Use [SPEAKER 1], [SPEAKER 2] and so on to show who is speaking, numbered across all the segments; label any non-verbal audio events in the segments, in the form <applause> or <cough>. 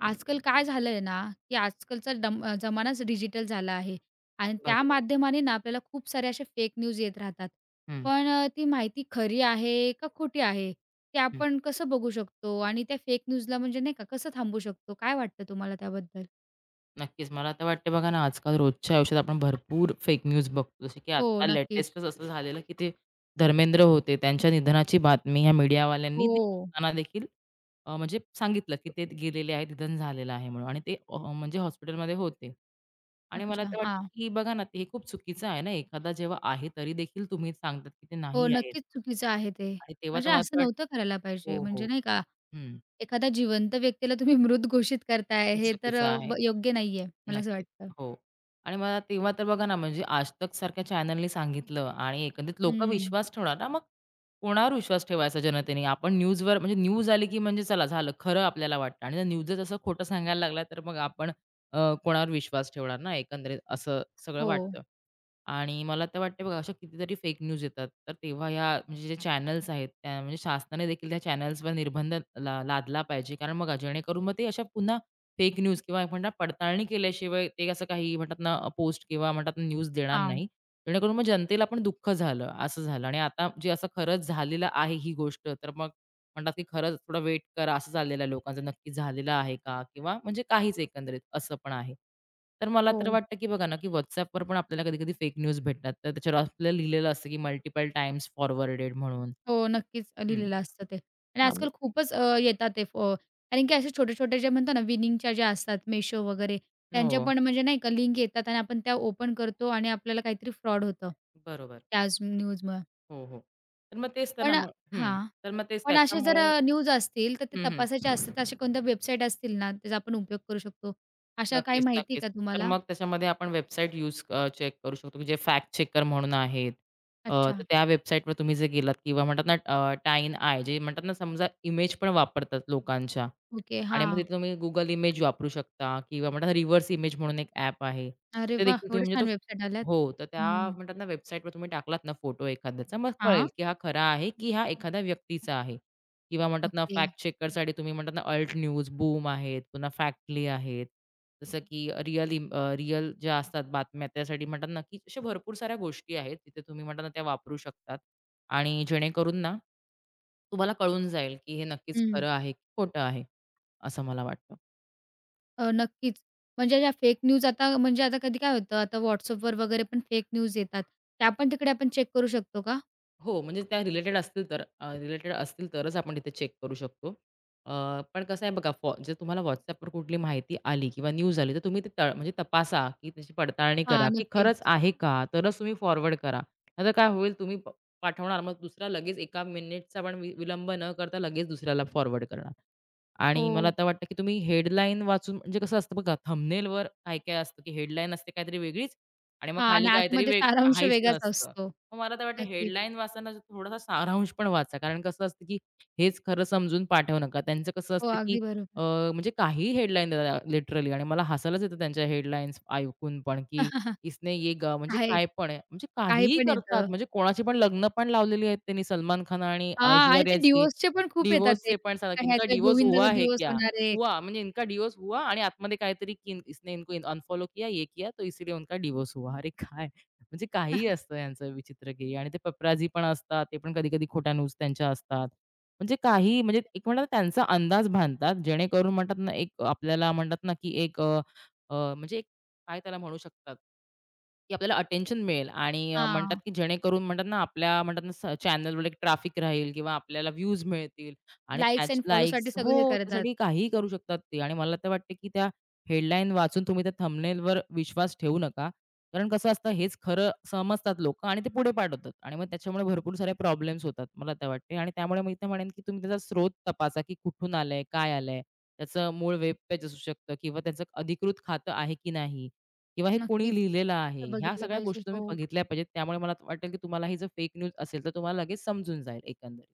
[SPEAKER 1] आजकाल काय झालंय ना, की जमानाच डिजिटल झाला आहे आणि त्या
[SPEAKER 2] बरोबर.
[SPEAKER 1] माध्यमाने ना आपल्याला खूप साऱ्या अशा फेक न्यूज येत राहतात.
[SPEAKER 2] हं,
[SPEAKER 1] पण ती माहिती खरी आहे का खोटी आहे, ते
[SPEAKER 2] हं.
[SPEAKER 1] आपण कसं बघू शकतो? आणि त्या फेक न्यूजला म्हणजे नाही का कसं थांबवू शकतो? काय वाटतं तुम्हाला त्याबद्दल?
[SPEAKER 2] नक्कीच. मला तर वाटते बघा ना, आजकाल रोजच्या आयुष्यात आपण भरपूर फेक न्यूज बघतो. जसं की
[SPEAKER 1] हो,
[SPEAKER 2] आता
[SPEAKER 1] नक्कीच.
[SPEAKER 2] लेटेस्टच असं झालेलं, की ते धर्मेंद्र होते. त्यांच्या निधनाची बातमी ह्या मीडियावाल्यांनी
[SPEAKER 1] हो.
[SPEAKER 2] दिसताना देखील म्हणजे सांगितलं, की ते गेलेले आहेत, निधन झालेलं आहे म्हणून आणि ते म्हणजे हॉस्पिटलमध्ये होते. आणि मला
[SPEAKER 1] अच्छा.
[SPEAKER 2] तर वाटतं,
[SPEAKER 1] हां.
[SPEAKER 2] की बघा ना, ते हे खूप चुकीचं आहे ना. एखादा जेव्हा आहे तरी देखील तुम्ही सांगतात, की ते
[SPEAKER 1] हो,
[SPEAKER 2] नाही आहेत.
[SPEAKER 1] नक्कीच चुकीचं आहे ते.
[SPEAKER 2] आणि तेव्हा तर
[SPEAKER 1] म्हणजे
[SPEAKER 2] मला तर
[SPEAKER 1] असं नव्हतं
[SPEAKER 2] वाटतं
[SPEAKER 1] करायला पाहिजे.
[SPEAKER 2] हो, हो.
[SPEAKER 1] म्हणजे नाही का,
[SPEAKER 2] हं.
[SPEAKER 1] एखादा जिवंत व्यक्तीला तुम्ही मृत घोषित करताय
[SPEAKER 2] खूप
[SPEAKER 1] हे तर
[SPEAKER 2] चुकीचं
[SPEAKER 1] अ,
[SPEAKER 2] आहे.
[SPEAKER 1] ब योग्य नाहीये. मला असं
[SPEAKER 2] नक्कीच.
[SPEAKER 1] वाटतं.
[SPEAKER 2] हो. आणि मला तेव्हा तर बघा ना, म्हणजे आज तक सारख्या चॅनलनी सांगितलं आणि एकंदरीत लोकं
[SPEAKER 1] हं.
[SPEAKER 2] विश्वास ठेवणार ना, मग कोणावर विश्वास ठेवायचा जनतेने? आपण न्यूजवर म्हणजे न्यूज आली, की म्हणजे चला झालं, खरं आपल्याला वाटतं आणि जर न्यूजच असं खोटं सांगायला लागला, तर मग आपण अ, कोणावर विश्वास ठेवणार ना, एकंदरीत असं सगळं
[SPEAKER 1] हो.
[SPEAKER 2] वाटतं. आणि मला तर वाटतं बघा, अशा कितीतरी फेक न्यूज येतात. तर तेव्हा ह्या म्हणजे जे चॅनल्स आहेत, त्या म्हणजे शासनाने देखील त्या चॅनल्सवर निर्बंध ला लादला पाहिजे. कारण बघा, जेणेकरून मग ते अशा पुन्हा फेक न्यूज किंवा एक म्हणतात पडताळणी केल्याशिवाय ते असं काही म्हणतात ना पोस्ट किंवा म्हणतात ना न्यूज देणार
[SPEAKER 1] हां.
[SPEAKER 2] नाही. जेणेकरून मग जनतेला पण दुःख झालं, असं झालं आणि आता जे असं खरंच झालेलं आहे ही गोष्ट, तर मग म्हणतात की खरंच थोडा वेट करा असं झालेलं आहे लोकांचं, नक्की झालेलं आहे का? किंवा म्हणजे काहीच एकंदरीत असं पण आहे. तर मला तर
[SPEAKER 1] हो,
[SPEAKER 2] वाटतं की बघा ना, की WhatsAppवर पण आपल्याला कधी-कधी फेक न्यूज भेटतात. तर त्याच्यावर आपल्याला लिहिलेलं असतं की मल्टिपल टाइम्स फॉरवर्डेड म्हणून.
[SPEAKER 1] हो. नक्कीच
[SPEAKER 2] हं.
[SPEAKER 1] लिहिलेलं असतं ते. आणि
[SPEAKER 2] हां,
[SPEAKER 1] आजकाल
[SPEAKER 2] मग
[SPEAKER 1] खूपच अ, येतात ते फ कारण की असे छोटे-छोटे जे म्हणतो ना विनिंगच्या ज्या असतात Meesho वगैरे त्यांच्या
[SPEAKER 2] हो,
[SPEAKER 1] पण म्हणजे नाही का लिंक येतात आणि आपण त्या ओपन करतो आणि आपल्याला काहीतरी फ्रॉड होतं.
[SPEAKER 2] बरोबर.
[SPEAKER 1] त्याच न्यूजमुळं.
[SPEAKER 2] हो, हो. तर मग तेच तर ना
[SPEAKER 1] पण
[SPEAKER 2] मग हं.
[SPEAKER 1] हां.
[SPEAKER 2] तर मग तेच
[SPEAKER 1] पण असे जर
[SPEAKER 2] त्याच्यामुळे
[SPEAKER 1] न्यूज असतील तर ते
[SPEAKER 2] हं, हं.
[SPEAKER 1] तपासायचे असतात. अशा कोणत्या वेबसाईट असतील ना त्याचा आपण उपयोग करू शकतो. अशा काही
[SPEAKER 2] नक्कीच,
[SPEAKER 1] माहिती
[SPEAKER 2] नक्कीच.
[SPEAKER 1] आहे का
[SPEAKER 2] तर
[SPEAKER 1] तुम्हाला?
[SPEAKER 2] मग त्याच्यामध्ये आपण वेबसाईट चेक करू शकतो, की जे फॅक्ट चेकर म्हणून आहेत. अ, तर
[SPEAKER 1] अच्छा.
[SPEAKER 2] त्या वेबसाईटवर तुम्ही जे गेलात किंवा म्हणतात ना टाईन आय जे म्हणतात ना समजा इमेज पण वापरतात लोकांच्या.
[SPEAKER 1] ओके.
[SPEAKER 2] आणि मग
[SPEAKER 1] हां.
[SPEAKER 2] तिथे तुम्ही Google इमेज वापरू शकता किंवा म्हणतात रिव्हर्स इमेज म्हणून एक ॲप आहे.
[SPEAKER 1] अरे
[SPEAKER 2] ते
[SPEAKER 1] वाह!
[SPEAKER 2] देखील तुम्ही
[SPEAKER 1] एवढ्या
[SPEAKER 2] म्हणजे तो
[SPEAKER 1] छान वेबसाईट आल्यात.
[SPEAKER 2] हो, तर त्या
[SPEAKER 1] हं.
[SPEAKER 2] म्हणतात ना वेबसाईटवर तुम्ही टाकलात ना फोटो एखाद्याचा, मग
[SPEAKER 1] हां.
[SPEAKER 2] कळेल की हा खरा आहे की हा एखाद्या व्यक्तीचा आहे किंवा म्हणतात ना
[SPEAKER 1] ओके.
[SPEAKER 2] फॅक्ट चेकरसाठी तुम्ही म्हणतात ना अल्ट न्यूज, बूम आहेत, पुन्हा फॅक्टली आहेत. जसं की रिअल ज्या असतात बातम्या त्यासाठी म्हणतात ना की अशा भरपूर साऱ्या गोष्टी आहेत तिथे तुम्ही म्हणतात ना त्या वापरू शकतात आणि जेणेकरून ना तुम्हाला कळून जाईल की हे नक्कीच
[SPEAKER 1] हं.
[SPEAKER 2] खरं आहे की खोटं आहे, असं मला वाटतं.
[SPEAKER 1] नक्कीच. म्हणजे या फेक न्यूज आता म्हणजे आता कधी काय होतं, आता WhatsAppवर वगैरे पण फेक न्यूज येतात. त्या पण तिकडे आपण चेक करू शकतो का?
[SPEAKER 2] हो, म्हणजे त्या रिलेटेड असतील तरच आपण तिथे चेक करू शकतो. पण कसं आहे बघा, जर तुम्हाला WhatsAppवर कुठली माहिती आली किंवा न्यूज आली, तर तुम्ही ते त म्हणजे तपासा, की त्याची पडताळणी करा,
[SPEAKER 1] हां,
[SPEAKER 2] की खरंच
[SPEAKER 1] नक्कीच.
[SPEAKER 2] आहे का? तरच तुम्ही फॉरवर्ड करा. नाहीतर काय होईल, तुम्ही पाठवणार, मग दुसरा लगेच 1 मिनिटचा पण विलंब न करता लगेच दुसऱ्याला फॉरवर्ड करणार. आणि मला
[SPEAKER 1] हो.
[SPEAKER 2] आता वाटतं, की तुम्ही हेडलाईन वाचून म्हणजे कसं असतं बघा, थंबनेलवर काय-काय असतं, की हेडलाईन असते काहीतरी वेगळीच आणि मग
[SPEAKER 1] हां
[SPEAKER 2] खाली
[SPEAKER 1] आणि
[SPEAKER 2] काहीतरी
[SPEAKER 1] आतमध्ये
[SPEAKER 2] वेग
[SPEAKER 1] सारांश
[SPEAKER 2] काहीच
[SPEAKER 1] वेगळाच
[SPEAKER 2] नसतं.
[SPEAKER 1] असतो.
[SPEAKER 2] मग मला तर वाटतं
[SPEAKER 1] नक्कीच.
[SPEAKER 2] हेडलाईन वाचताना जो थोडासा सारांश पण वाचा. कारण कसं असतं, की हेच खरं समजून पाठवू नका. त्यांचं कसं
[SPEAKER 1] हो,
[SPEAKER 2] असतं, की
[SPEAKER 1] अगदी
[SPEAKER 2] अ,
[SPEAKER 1] बरोबर.
[SPEAKER 2] म्हणजे काहीही हेडलाईन देतात लिटरली आणि मला हसायलाच येतं त्यांच्या हेडलाईन्स ऐकून पण, की
[SPEAKER 1] <laughs>
[SPEAKER 2] इसने ये गा म्हणजे
[SPEAKER 1] आहे.
[SPEAKER 2] काय पण आहे. म्हणजे
[SPEAKER 1] काही
[SPEAKER 2] काहीही
[SPEAKER 1] पण
[SPEAKER 2] करतात.
[SPEAKER 1] येतं.
[SPEAKER 2] म्हणजे कोणाची पण लग्न पण लावलेली आहेत त्यांनी सलमान खान आणि
[SPEAKER 1] हां आणि ते
[SPEAKER 2] ऐश्वर्याची.
[SPEAKER 1] डिवोर्सचे पण खूप येतात ते.
[SPEAKER 2] डिव्होर्सचे पण सांगा,
[SPEAKER 1] का
[SPEAKER 2] की इनका
[SPEAKER 1] ह्याच्या
[SPEAKER 2] डिवोर्स
[SPEAKER 1] गोविंदाचा
[SPEAKER 2] हुआ है
[SPEAKER 1] डिवोर्स
[SPEAKER 2] क्या?
[SPEAKER 1] होणार आहे.
[SPEAKER 2] हुआ म्हणजे इनका डिवोर्स हुआ आणि आतमध्ये काहीतरी की इसने इनको अनफॉलो किया, ये किया, तो इसीलिए उनका डिवोर्स हुआ. अरे काय? म्हणजे काहीही
[SPEAKER 1] <laughs>
[SPEAKER 2] असतं यांचं विचित्र गेय आणि ते पपराजी पण असतात, ते पण कधी-कधी खोट्या न्यूज त्यांच्या असतात. म्हणजे काही म्हणजे एक म्हणतात ना त्यांचा अंदाज बांधतात, जेणेकरून म्हणतात ना एक आपल्याला म्हणतात ना, की एक अ, अ, म्हणजे एक काय त्याला म्हणू शकतात की आपल्याला अटेन्शन मिळेल आणि म्हणतात
[SPEAKER 1] हां.
[SPEAKER 2] की जेणेकरून म्हणतात ना आपल्या म्हणतात ना चॅनलवर एक ट्रॅफिक राहील किंवा आपल्याला व्ह्यूज मिळतील आणि
[SPEAKER 1] लाइक्स
[SPEAKER 2] त्याच
[SPEAKER 1] एंड फॉलोसाठी
[SPEAKER 2] लाईक्स
[SPEAKER 1] सगळं हे
[SPEAKER 2] हो,
[SPEAKER 1] करतात.
[SPEAKER 2] त्यासाठी काहीही करू शकतात ते आणि मला तर वाटतं की त्या हेडलाईन वाचून तुम्ही त्या थंबनेलवर विश्वास ठेवू नका. कारण कसं असतं हेच खरं समजतात लोकं आणि ते पुढे पाठवतात आणि मग त्याच्यामुळे भरपूर सारे प्रॉब्लेम्स होतात, मला तर वाटते आणि त्यामुळे मी तर म्हणेन की तुम्ही त्याचा स्रोत तपासा की कुठून आलंय, काय आलंय? त्याचं मूळ वेब पेज असू शकतं किंवा त्याचं अधिकृत खातं आहे की नाही? किंवा हे कोणी
[SPEAKER 1] नक्कीच.
[SPEAKER 2] लिहिलेलं आहे,
[SPEAKER 1] तर
[SPEAKER 2] ह्या
[SPEAKER 1] बघितलं
[SPEAKER 2] सगळ्या
[SPEAKER 1] पाहिजे.
[SPEAKER 2] गोष्टी तुम्ही
[SPEAKER 1] हो.
[SPEAKER 2] बघितल्या पाहिजेत. त्यामुळे मला वाटेल, की तुम्हाला ही जर फेक न्यूज असेल, तर तुम्हाला लगेच समजून जाईल एकंदरीत.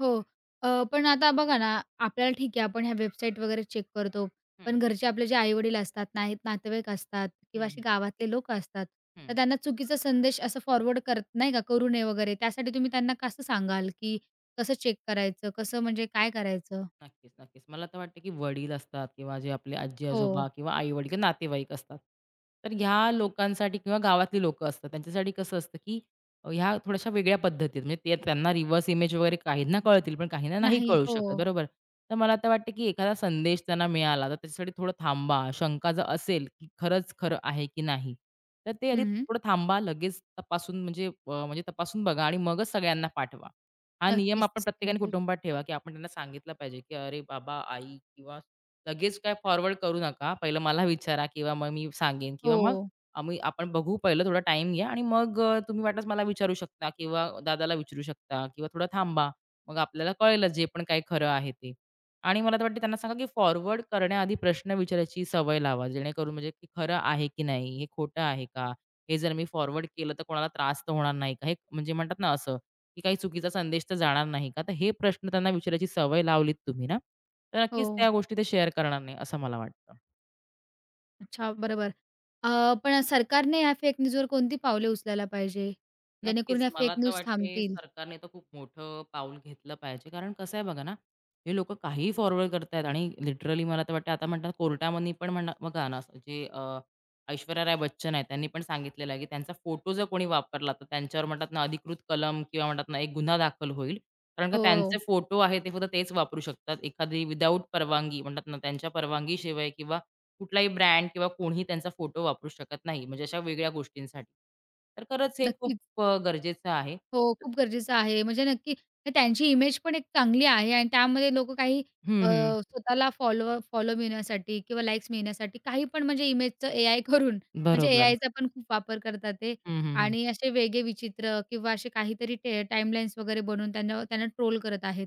[SPEAKER 1] हो. पण आता बघा ना, आपल्याला ठीक आहे आपण ह्या वेबसाईट वगैरे चेक करतो.
[SPEAKER 2] हं,
[SPEAKER 1] पण घरचे आपले जे आई-वडील असतात, नाही नातेवाईक असतात किंवा
[SPEAKER 2] हं,
[SPEAKER 1] असे
[SPEAKER 2] हं,
[SPEAKER 1] गावातले लोकं असतात, तर त्यांना चुकीचा संदेश असं फॉरवर्ड करत नाही का, करू नये वगैरे. त्यासाठी तुम्ही त्यांना कसं सांगाल, की कसं चेक करायचं? कसं म्हणजे काय करायचं?
[SPEAKER 2] नक्कीच, नक्कीच. मला तर वाटतं, की वडील असतात किंवा जे आपले
[SPEAKER 1] हो.
[SPEAKER 2] आजी-आजोबा किंवा आई-वडील किंवा नातेवाईक असतात. तर ह्या लोकांसाठी किंवा गावातली लोकं असतात, त्यांच्यासाठी कसं असतं, की ह्या थोड्याशा वेगळ्या पद्धतीत म्हणजे ते त्यांना रिव्हर्स इमेज वगैरे काहींना कळतील, पण काहींना नाही
[SPEAKER 1] नाही.
[SPEAKER 2] कळू शकत,
[SPEAKER 1] हो.
[SPEAKER 2] बरोबर? तर मला तर वाटतं, की एखादा संदेश त्यांना मिळाला, तर त्याच्यासाठी थोडं थांबा. शंका जर असेल, की खरंच खरं आहे की नाही, तर ते आधी
[SPEAKER 1] हं.
[SPEAKER 2] थोडं थांबा. लगेच तपासून म्हणजे अ, म्हणजे तपासून बघा आणि मगच सगळ्यांना पाठवा. हा नियम
[SPEAKER 1] नक्कीच
[SPEAKER 2] आपण
[SPEAKER 1] तसं केलं
[SPEAKER 2] प्रत्येकाने
[SPEAKER 1] पाहिजे.
[SPEAKER 2] कुटुंबात ठेवा, की आपण त्यांना सांगितलं पाहिजे, की "अरे बाबा, आई किंवा लगेच काय फॉरवर्ड करू नका. पहिलं मला विचारा किंवा मग मी सांगेन किंवा मग
[SPEAKER 1] हो.
[SPEAKER 2] आम्ही आपण बघू पहिलं थोडा टाइम घ्या आणि मग तुम्ही वाटल्यास मला विचारू शकता किंवा दादाला विचारू शकता किंवा थोडं थांबा. मग आपल्याला कळेलच जे पण काही खरं आहे ते." आणि मला तर वाटतं त्यांना सांगा, की फॉरवर्ड करण्याआधी प्रश्न विचारायची सवय लावा. जेणेकरून म्हणजे की खरं आहे की नाही? हे खोटं आहे का? हे जर मी फॉरवर्ड केलं तर कोणाला त्रास तर होणार नाही का? हे म्हणजे म्हणतात ना असं. की काही चुकीचा संदेश तर जाणार नाही का? तर हे प्रश्न त्यांना विचारायची सवय लावलीत तुम्ही ना, तर
[SPEAKER 1] हो.
[SPEAKER 2] नक्कीच त्या गोष्टी ते शेअर करणार नाही असं मला वाटतं.
[SPEAKER 1] अच्छा, बरोबर. अ, पण सरकारने ह्या फेक न्यूजवर कोणती पावले उचलायला पाहिजे? जेणेकरून
[SPEAKER 2] नक्कीच.
[SPEAKER 1] ह्या फेक
[SPEAKER 2] मला तर
[SPEAKER 1] न्यूज
[SPEAKER 2] वाटते
[SPEAKER 1] थांबतील?
[SPEAKER 2] सरकारने तर खूप मोठं पाऊल घेतलं पाहिजे. कारण कसं आहे बघा ना, हे लोकं काहीही फॉरवर्ड करतायत आणि लिटरली मला तर वाटतं आता म्हणतात कोर्टामध्ये पण म्हणा बघा ना, ऐश्वर्या राय बच्चन आहेत, त्यांनी पण सांगितलेलं आहे, की त्यांचा फोटो जर कोणी वापरला, तर त्यांच्यावर म्हणतात ना, अधिकृत कलम किंवा म्हणतात ना, एक गुन्हा दाखल होईल. कारण का त्यांचे
[SPEAKER 1] हो.
[SPEAKER 2] फोटो आहेत, ते फक्त तेच वापरू शकतात. एखादी विदाऊट परवानगी म्हणतात ना, त्यांच्या परवानगीशिवाय किंवा कुठलाही ब्रँड किंवा कोणीही त्यांचा फोटो वापरू शकत नाही. म्हणजे अशा वेगळ्या गोष्टींसाठी. तर खरंच हे खूप
[SPEAKER 1] नक्कीच.
[SPEAKER 2] खूप गरजेचं आहे.
[SPEAKER 1] हो, खूप गरजेचं आहे. म्हणजे नक्की हे त्यांची इमेज पण एक चांगली आहे आणि त्यामध्ये लोकं अ,
[SPEAKER 2] हं, हं.
[SPEAKER 1] स्वतःला फॉलो मिळण्यासाठी किंवा लाइक्स मिळण्यासाठी काही पण म्हणजे इमेजचं एआय करून म्हणजे
[SPEAKER 2] बरोबर.
[SPEAKER 1] एआयचा पण खूप वापर करतात ते
[SPEAKER 2] हं, हं, हं.
[SPEAKER 1] आणि असे वेगळे विचित्र किंवा असे काहीतरी टाईमलाईन्स वगैरे बनवून त्यांना त्यांना ट्रोल करत आहेत.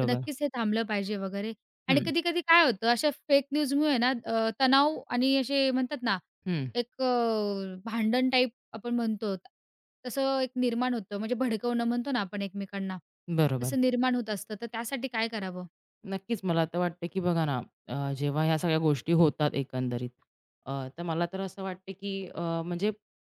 [SPEAKER 1] तर नक्कीच हे थांबलं पाहिजे वगैरे आणि
[SPEAKER 2] हं,
[SPEAKER 1] कधी-कधी काय होतं अशा फेक न्यूजमुळे ना तणाव आणि असे म्हणतात ना,
[SPEAKER 2] हं.
[SPEAKER 1] एक अ, भांडण टाइप आपण म्हणतो, तसं एक निर्माण होतं म्हणजे भडकवणं म्हणतो ना आपण एकमेकांना,
[SPEAKER 2] बरोबर.
[SPEAKER 1] तसं निर्माण होत असतं. तर त्यासाठी काय करावं?
[SPEAKER 2] नक्कीच, मला तर वाटतं, की बघा ना, जेव्हा ह्या सगळ्या गोष्टी होतात एकंदरीत, तर मला तर असं वाटतं, की म्हणजे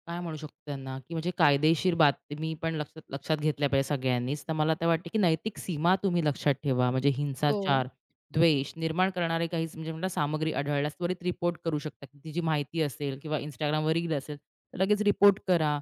[SPEAKER 2] काय म्हणू शकतो त्यांना, की म्हणजे कायदेशीर बातमी पण लक्षात लक्षात घेतल्या पाहिजे सगळ्यांनीच. तर मला तर वाटतं, की नैतिक सीमा तुम्ही लक्षात ठेवा. म्हणजे
[SPEAKER 1] हो.
[SPEAKER 2] हिंसाचार, द्वेष निर्माण करणारे काही म्हणजे म्हणा सामग्री आढळल्यास त्वरित रिपोर्ट करू शकता. ती जी माहिती असेल किंवा Instagramवर रील असेल, तर लगेच रिपोर्ट करा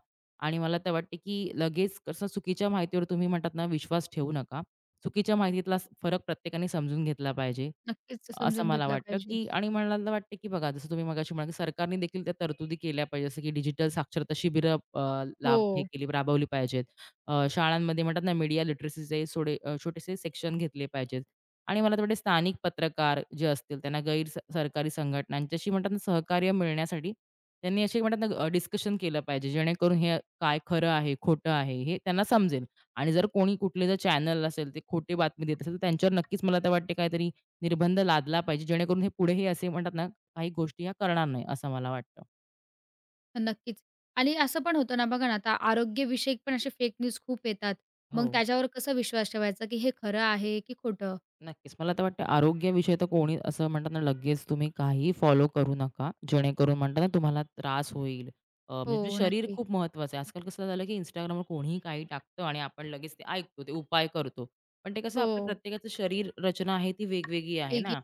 [SPEAKER 2] आणि मला तर वाटतं, की लगेच कसं चुकीच्या माहितीवर तुम्ही म्हणतात ना, विश्वास ठेवू नका. चुकीच्या माहितीतला फरक प्रत्येकाने समजून घेतला पाहिजे.
[SPEAKER 1] नक्कीच
[SPEAKER 2] असं
[SPEAKER 1] समजून
[SPEAKER 2] मला
[SPEAKER 1] घेतला
[SPEAKER 2] वाटतं,
[SPEAKER 1] पाहिजे.
[SPEAKER 2] की आणि मला वाटतं, की बघा जसं तुम्ही मगाशी म्हणाला, की सरकारने देखील त्या तरतुदी केल्या पाहिजे. जसं की डिजिटल साक्षरता शिबिरं लाभ हे
[SPEAKER 1] हो.
[SPEAKER 2] केली राबवली पाहिजेत. शाळांमध्ये म्हणतात ना मीडिया लिटरसीचे थोडे छोटेसे सेक्शन घेतले पाहिजेत. आणि मला तर स्थानिक पत्रकार जे असतील त्यांना गैर स सरकारी संघटनांच्याशी म्हणतात ना सहकार्य मिळण्यासाठी त्यांनी असे म्हणतात ना डिस्कशन केलं पाहिजे. जेणेकरून हे काय खरं आहे, खोटं आहे हे त्यांना समजेल. आणि जर कोणी कुठले जर चॅनल असेल ते खोटी बातमी देत असेल तर त्यांच्यावर नक्कीच मला तर वाटते काहीतरी निर्बंध लादला पाहिजे, जेणेकरून हे पुढेही असे म्हणतात ना, काही गोष्टी ह्या करणार नाही, असं मला वाटतं.
[SPEAKER 1] नक्कीच. आणि असं पण होतं ना बघा ना, आता आरोग्यविषयक पण असे फेक न्यूज खूप येतात.
[SPEAKER 2] हो,
[SPEAKER 1] मग त्याच्यावर कसा विश्वास ठेवायचा, की हे खरं आहे की खोटं?
[SPEAKER 2] नक्कीच. मला तर वाटतं आरोग्याविषयी तर कोणी असं म्हणतात ना, लगेच तुम्ही काहीही फॉलो करू नका, जेणेकरून म्हणतात ना, तुम्हाला त्रास होईल.
[SPEAKER 1] हो,
[SPEAKER 2] म्हणजे शरीर
[SPEAKER 1] नक्की.
[SPEAKER 2] खूप महत्त्वाचं आहे. आजकाल कसं झालं, की Instagramवर कोणीही काही टाकतं आणि आपण लगेच ते ऐकतो, ते उपाय करतो. पण ते कसं आपलं
[SPEAKER 1] हो.
[SPEAKER 2] प्रत्येकाचं शरीर रचना आहे ती वेगवेगळी आहे
[SPEAKER 1] वेगळी
[SPEAKER 2] ना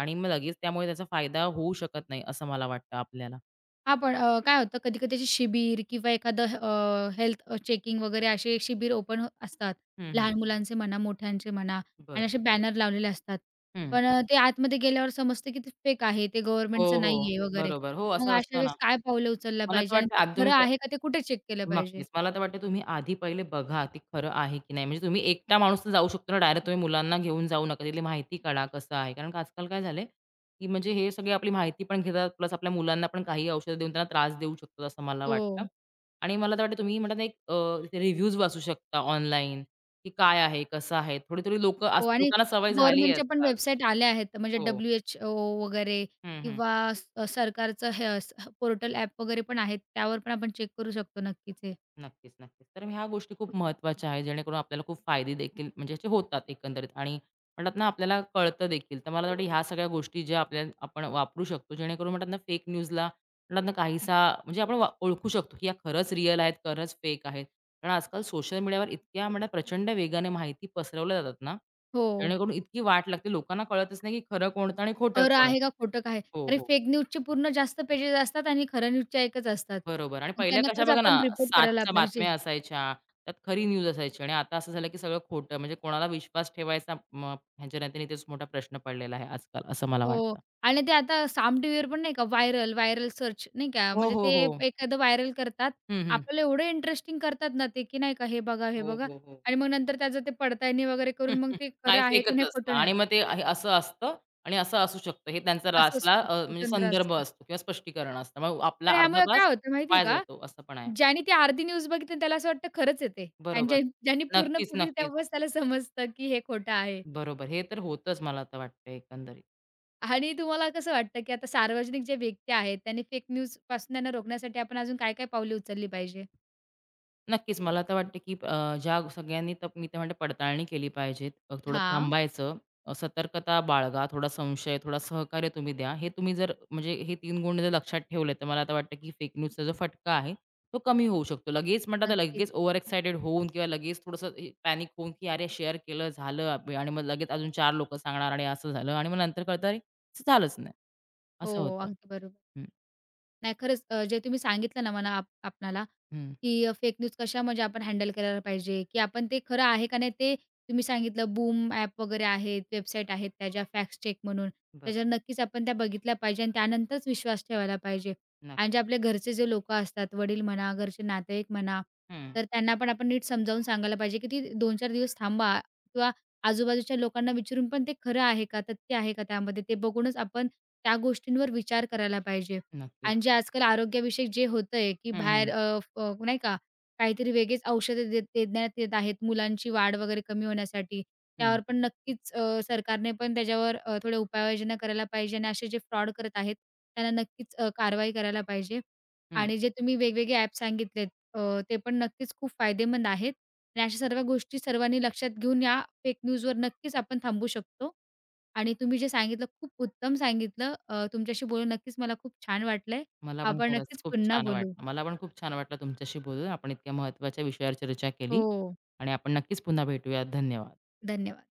[SPEAKER 2] आणि मग लगेच त्यामुळे त्याचा फायदा होऊ शकत नाही, असं मला वाटतं आपल्याला.
[SPEAKER 1] हां, काय होतं कधी-कधी त्याचे शिबीर किंवा एखादं हेल्थ चेकिंग वगैरे असे शिबीर ओपन हो, असतात.
[SPEAKER 2] हं, हं.
[SPEAKER 1] लहान मुलांचे म्हणा, मोठ्यांचे म्हणा आणि
[SPEAKER 2] बरं.
[SPEAKER 1] असे बॅनर लावलेले असतात.
[SPEAKER 2] हं.
[SPEAKER 1] पण ते आतमध्ये गेल्यावर समजतं की ते फेक आहे, ते
[SPEAKER 2] हो,
[SPEAKER 1] गव्हर्नमेंटचं
[SPEAKER 2] हो.
[SPEAKER 1] नाहीये वगैरे.
[SPEAKER 2] बरोबर. हो,
[SPEAKER 1] मग
[SPEAKER 2] असं
[SPEAKER 1] अशा
[SPEAKER 2] असतं ना.
[SPEAKER 1] वेळेस काय पावलं उचललं
[SPEAKER 2] मला तर
[SPEAKER 1] पाहिजे आणि
[SPEAKER 2] वाटतं
[SPEAKER 1] ते
[SPEAKER 2] आधी तुम्ही
[SPEAKER 1] खरं
[SPEAKER 2] पहि
[SPEAKER 1] आहे का ते कुठे चेक केलं पाहिजे?
[SPEAKER 2] नक्कीच. मला तर वाटतं तुम्ही आधी पहिले बघा ते खरं आहे की नाही. म्हणजे तुम्ही एकटा माणूस तर जाऊ शकतो ना, डायरेक्ट तुम्ही मुलांना घेऊन जाऊ नका. तिथली माहिती काढा कसं आहे. कारण का आजकाल काय झालंय, की म्हणजे हे सगळे आपली माहिती पण घेतात प्लस आपल्या मुलांना पण काही औषधं देऊन त्यांना त्रास देऊ शकतात असं मला वाटतं.
[SPEAKER 1] हो,
[SPEAKER 2] आणि मला तर वाटतं तुम्ही म्हणतात ना एक रिव्ह्यूज वाचू शकता ऑनलाईन, की काय आहे, कसं आहे. थोडी-थोडी लोकं
[SPEAKER 1] हो आणि
[SPEAKER 2] लोकांना सवय झाली आहे
[SPEAKER 1] गव्हर्नमेंटच्या पण
[SPEAKER 2] आजकाल.
[SPEAKER 1] वेबसाईट आल्या आहेत म्हणजे
[SPEAKER 2] हो.
[SPEAKER 1] WHO वगैरे
[SPEAKER 2] हं, हं.
[SPEAKER 1] किंवा सरकारचं हे पोर्टल ॲप वगैरे पण आहेत. त्यावर पण आपण चेक करू शकतो नक्कीच हे.
[SPEAKER 2] नक्कीच, नक्कीच. तर ह्या गोष्टी खूप महत्त्वाच्या आहेत, जेणेकरून आपल्याला खूप फायदे देखील म्हणजे असे होतात एकंदरीत आणि म्हणतात ना, आपल्याला कळतं देखील. तर मला वाटतं ह्या सगळ्या गोष्टी ज्या आपल्या आपण वापरू शकतो, जेणेकरून म्हणतात ना, फेक न्यूजला म्हणतात ना, काहीसा म्हणजे आपण वा ओळखू शकतो, की या खरंच रिअल आहेत, खरंच फेक आहेत. कारण आजकाल सोशल मीडियावर इतक्या म्हणा प्रचंड वेगाने माहिती पसरवल्या जातात ना,
[SPEAKER 1] हो.
[SPEAKER 2] जेणेकरून इतकी वाट लागते. लोकांना कळतच नाही, की खरं कोणतं आणि खोटं
[SPEAKER 1] खरं
[SPEAKER 2] कोण?
[SPEAKER 1] आहे का खोटं काय?
[SPEAKER 2] हो,
[SPEAKER 1] अरे,
[SPEAKER 2] हो.
[SPEAKER 1] फेक न्यूजचे पूर्ण जास्त पेजेस असतात आणि खऱ्या न्यूजच्या एकच असतात.
[SPEAKER 2] बरोबर आणि
[SPEAKER 1] मग
[SPEAKER 2] पहिल्या
[SPEAKER 1] त्यांना
[SPEAKER 2] कशा
[SPEAKER 1] खरंच
[SPEAKER 2] बघा
[SPEAKER 1] आपण
[SPEAKER 2] ना,
[SPEAKER 1] रिपोर्ट करायला
[SPEAKER 2] 7च्या
[SPEAKER 1] पाहिजे.
[SPEAKER 2] बातम्या असायच्या, त्यात खरी न्यूज असायची आणि आता असं झालं की सगळं खोटं. म्हणजे कोणाला विश्वास ठेवायचा मग ह्यांच्या नात्याने तेच मोठा प्रश्न पडलेला आहे आजकाल, असं मला
[SPEAKER 1] हो.
[SPEAKER 2] वाटतं.
[SPEAKER 1] आणि ते आता साम टीव्हीवर पण नाही का व्हायरल, व्हायरल सर्च नाही का,
[SPEAKER 2] हो,
[SPEAKER 1] म्हणजे
[SPEAKER 2] हो,
[SPEAKER 1] ते
[SPEAKER 2] हो.
[SPEAKER 1] एखादं व्हायरल करतात.
[SPEAKER 2] हं, हं.
[SPEAKER 1] आपल्याला एवढं इंटरेस्टिंग करतात ना ते, की नाही का हे बघा, हे
[SPEAKER 2] हो,
[SPEAKER 1] बघा
[SPEAKER 2] हो, हो.
[SPEAKER 1] आणि मग नंतर त्याचं ते पडताळणी वगैरे
[SPEAKER 2] हम्म,
[SPEAKER 1] करून मग
[SPEAKER 2] हम्म.
[SPEAKER 1] ते खरं
[SPEAKER 2] काय
[SPEAKER 1] आहे की
[SPEAKER 2] फेकच
[SPEAKER 1] नाही,
[SPEAKER 2] असतं
[SPEAKER 1] खोटं नाही
[SPEAKER 2] आणि मग ते हे असं असतं आणि असं असू शकतं. हे त्यांचा
[SPEAKER 1] असं
[SPEAKER 2] लास्टला
[SPEAKER 1] असू शकतं,
[SPEAKER 2] म्हणजे
[SPEAKER 1] तंत्र
[SPEAKER 2] संदर्भ
[SPEAKER 1] असतं.
[SPEAKER 2] असतो किंवा स्पष्टीकरण असतं. मग आपला
[SPEAKER 1] पण
[SPEAKER 2] अर्धा
[SPEAKER 1] ह्यामुळे
[SPEAKER 2] तास
[SPEAKER 1] काय होतं माहिती आहे
[SPEAKER 2] वाया
[SPEAKER 1] का,
[SPEAKER 2] जातो, असं पण आहे.
[SPEAKER 1] ज्यानी ती अर्धी न्यूज बघितली त्याला असं वाटतं खरंच आहे ते आणि
[SPEAKER 2] बरोबर.
[SPEAKER 1] ज्यांनी पूर्ण
[SPEAKER 2] नक्कीच,
[SPEAKER 1] बघितली
[SPEAKER 2] नक्कीच.
[SPEAKER 1] तेव्हाच त्याला समजतं, की हे खोटं आहे.
[SPEAKER 2] बरोबर. हे तर होतंच मला तर वाटतं एकंदरीत.
[SPEAKER 1] आणि तुम्हाला कसं वाटतं, की आता सार्वजनिक जे व्यक्त्या आहेत त्यांनी फेक न्यूजपासून त्यांना रोखण्यासाठी आपण अजून काय-काय पावले उचलली पाहिजे?
[SPEAKER 2] नक्कीच. मला तर वाटतं, की ज्या सगळ्यांनी तर मी ते म्हणते पडताळणी केली पाहिजे. थोडं
[SPEAKER 1] हां.
[SPEAKER 2] थांबायचं, सतर्कता बाळगा, थोडा संशय, थोडा सहकार्य तुम्ही द्या. हे तुम्ही जर म्हणजे हे 3 गुण जर लक्षात ठेवले, तर मला तर वाटतं, की फेक न्यूजचा जो फटका आहे, तो कमी होऊ शकतो. लगेच म्हणतात ना,
[SPEAKER 1] नक्कीच.
[SPEAKER 2] लगेच ओव्हर एक्साइटेड होऊन किंवा लगेच थोडंसं पॅनिक होऊन, की "अरे, शेअर केलं, झालं आपलं" आणि मग लगेच अजून 4 लोकं सांगणार आणि असं झालं आणि मग नंतर कळतं, "अरे, असं झालंच नाही."
[SPEAKER 1] हो,
[SPEAKER 2] असं होतं.
[SPEAKER 1] अगदी बरोबर.
[SPEAKER 2] हं,
[SPEAKER 1] नाही खरंच जे तुम्ही सांगितलं ना मला आपणाला,
[SPEAKER 2] हं.
[SPEAKER 1] की फेक न्यूज कशा म्हणजे आपण हँडल करायला पाहिजे, की आपण ते खरं आहे का नाही ते तुम्ही सांगितलं बूम ॲप वगैरे आहेत, वेबसाईट आहेत त्याच्या फॅक्ट चेक म्हणून.
[SPEAKER 2] बरोबर.
[SPEAKER 1] त्याच्यावर नक्कीच आपण त्या बघितल्या पाहिजे आणि त्यानंतरच विश्वास ठेवायला पाहिजे. आणि जे
[SPEAKER 2] नक्की.
[SPEAKER 1] आपले घरचे जे लोकं असतात, वडील म्हणा, घरचे नातेवाईक म्हणा,
[SPEAKER 2] हं.
[SPEAKER 1] तर त्यांना पण आपण नीट समजावून सांगायला पाहिजे, की ती 2-4 दिवस थांबा किंवा आजूबाजूच्या लोकांना विचारून पण ते खरं आहे का, तथ्य आहे का त्यामध्ये ते बघूनच आपण त्या गोष्टींवर विचार करायला पाहिजे.
[SPEAKER 2] नक्कीच.
[SPEAKER 1] आणि जे आजकाल आरोग्याविषयक जे होतंय, की
[SPEAKER 2] हं, हं.
[SPEAKER 1] बाहेर अ, फ अ, नाही का, काहीतरी वेगळीच औषधं देण्यात येत आहेत मुलांची वाढ वगैरे कमी होण्यासाठी.
[SPEAKER 2] हं,
[SPEAKER 1] त्यावर पण नक्कीच सरकारने पण त्याच्यावर थोड्या उपाययोजना करायला पाहिजे आणि असे जे फ्रॉड करत आहेत, त्यांना नक्कीच कारवाई करायला पाहिजे.
[SPEAKER 2] हं.
[SPEAKER 1] आणि जे तुम्ही वेगवेगळे ॲप सांगितलेत अ, ते पण नक्कीच खूप फायदेमंद आहेत आणि अशा सर्व गोष्टी सर्वांनी लक्षात घेऊन या फेक न्यूजवर नक्कीच आपण थांबू शकतो. आणि तुम्ही जे सांगितलं खूप उत्तम सांगितलं. तुमच्याशी बोलून नक्कीच मला खूप छान वाटलंय.
[SPEAKER 2] मला पण
[SPEAKER 1] आपण
[SPEAKER 2] खरंच
[SPEAKER 1] नक्कीच
[SPEAKER 2] खूप
[SPEAKER 1] पुन्हा
[SPEAKER 2] छान
[SPEAKER 1] बोलू.
[SPEAKER 2] वाटलं. मला पण खूप छान वाटलं तुमच्याशी बोलून. आपण इतक्या महत्त्वाच्या विषयावर चर्चा केली
[SPEAKER 1] हो,
[SPEAKER 2] आणि आपण नक्कीच पुन्हा भेटूयात. धन्यवाद.
[SPEAKER 1] धन्यवाद.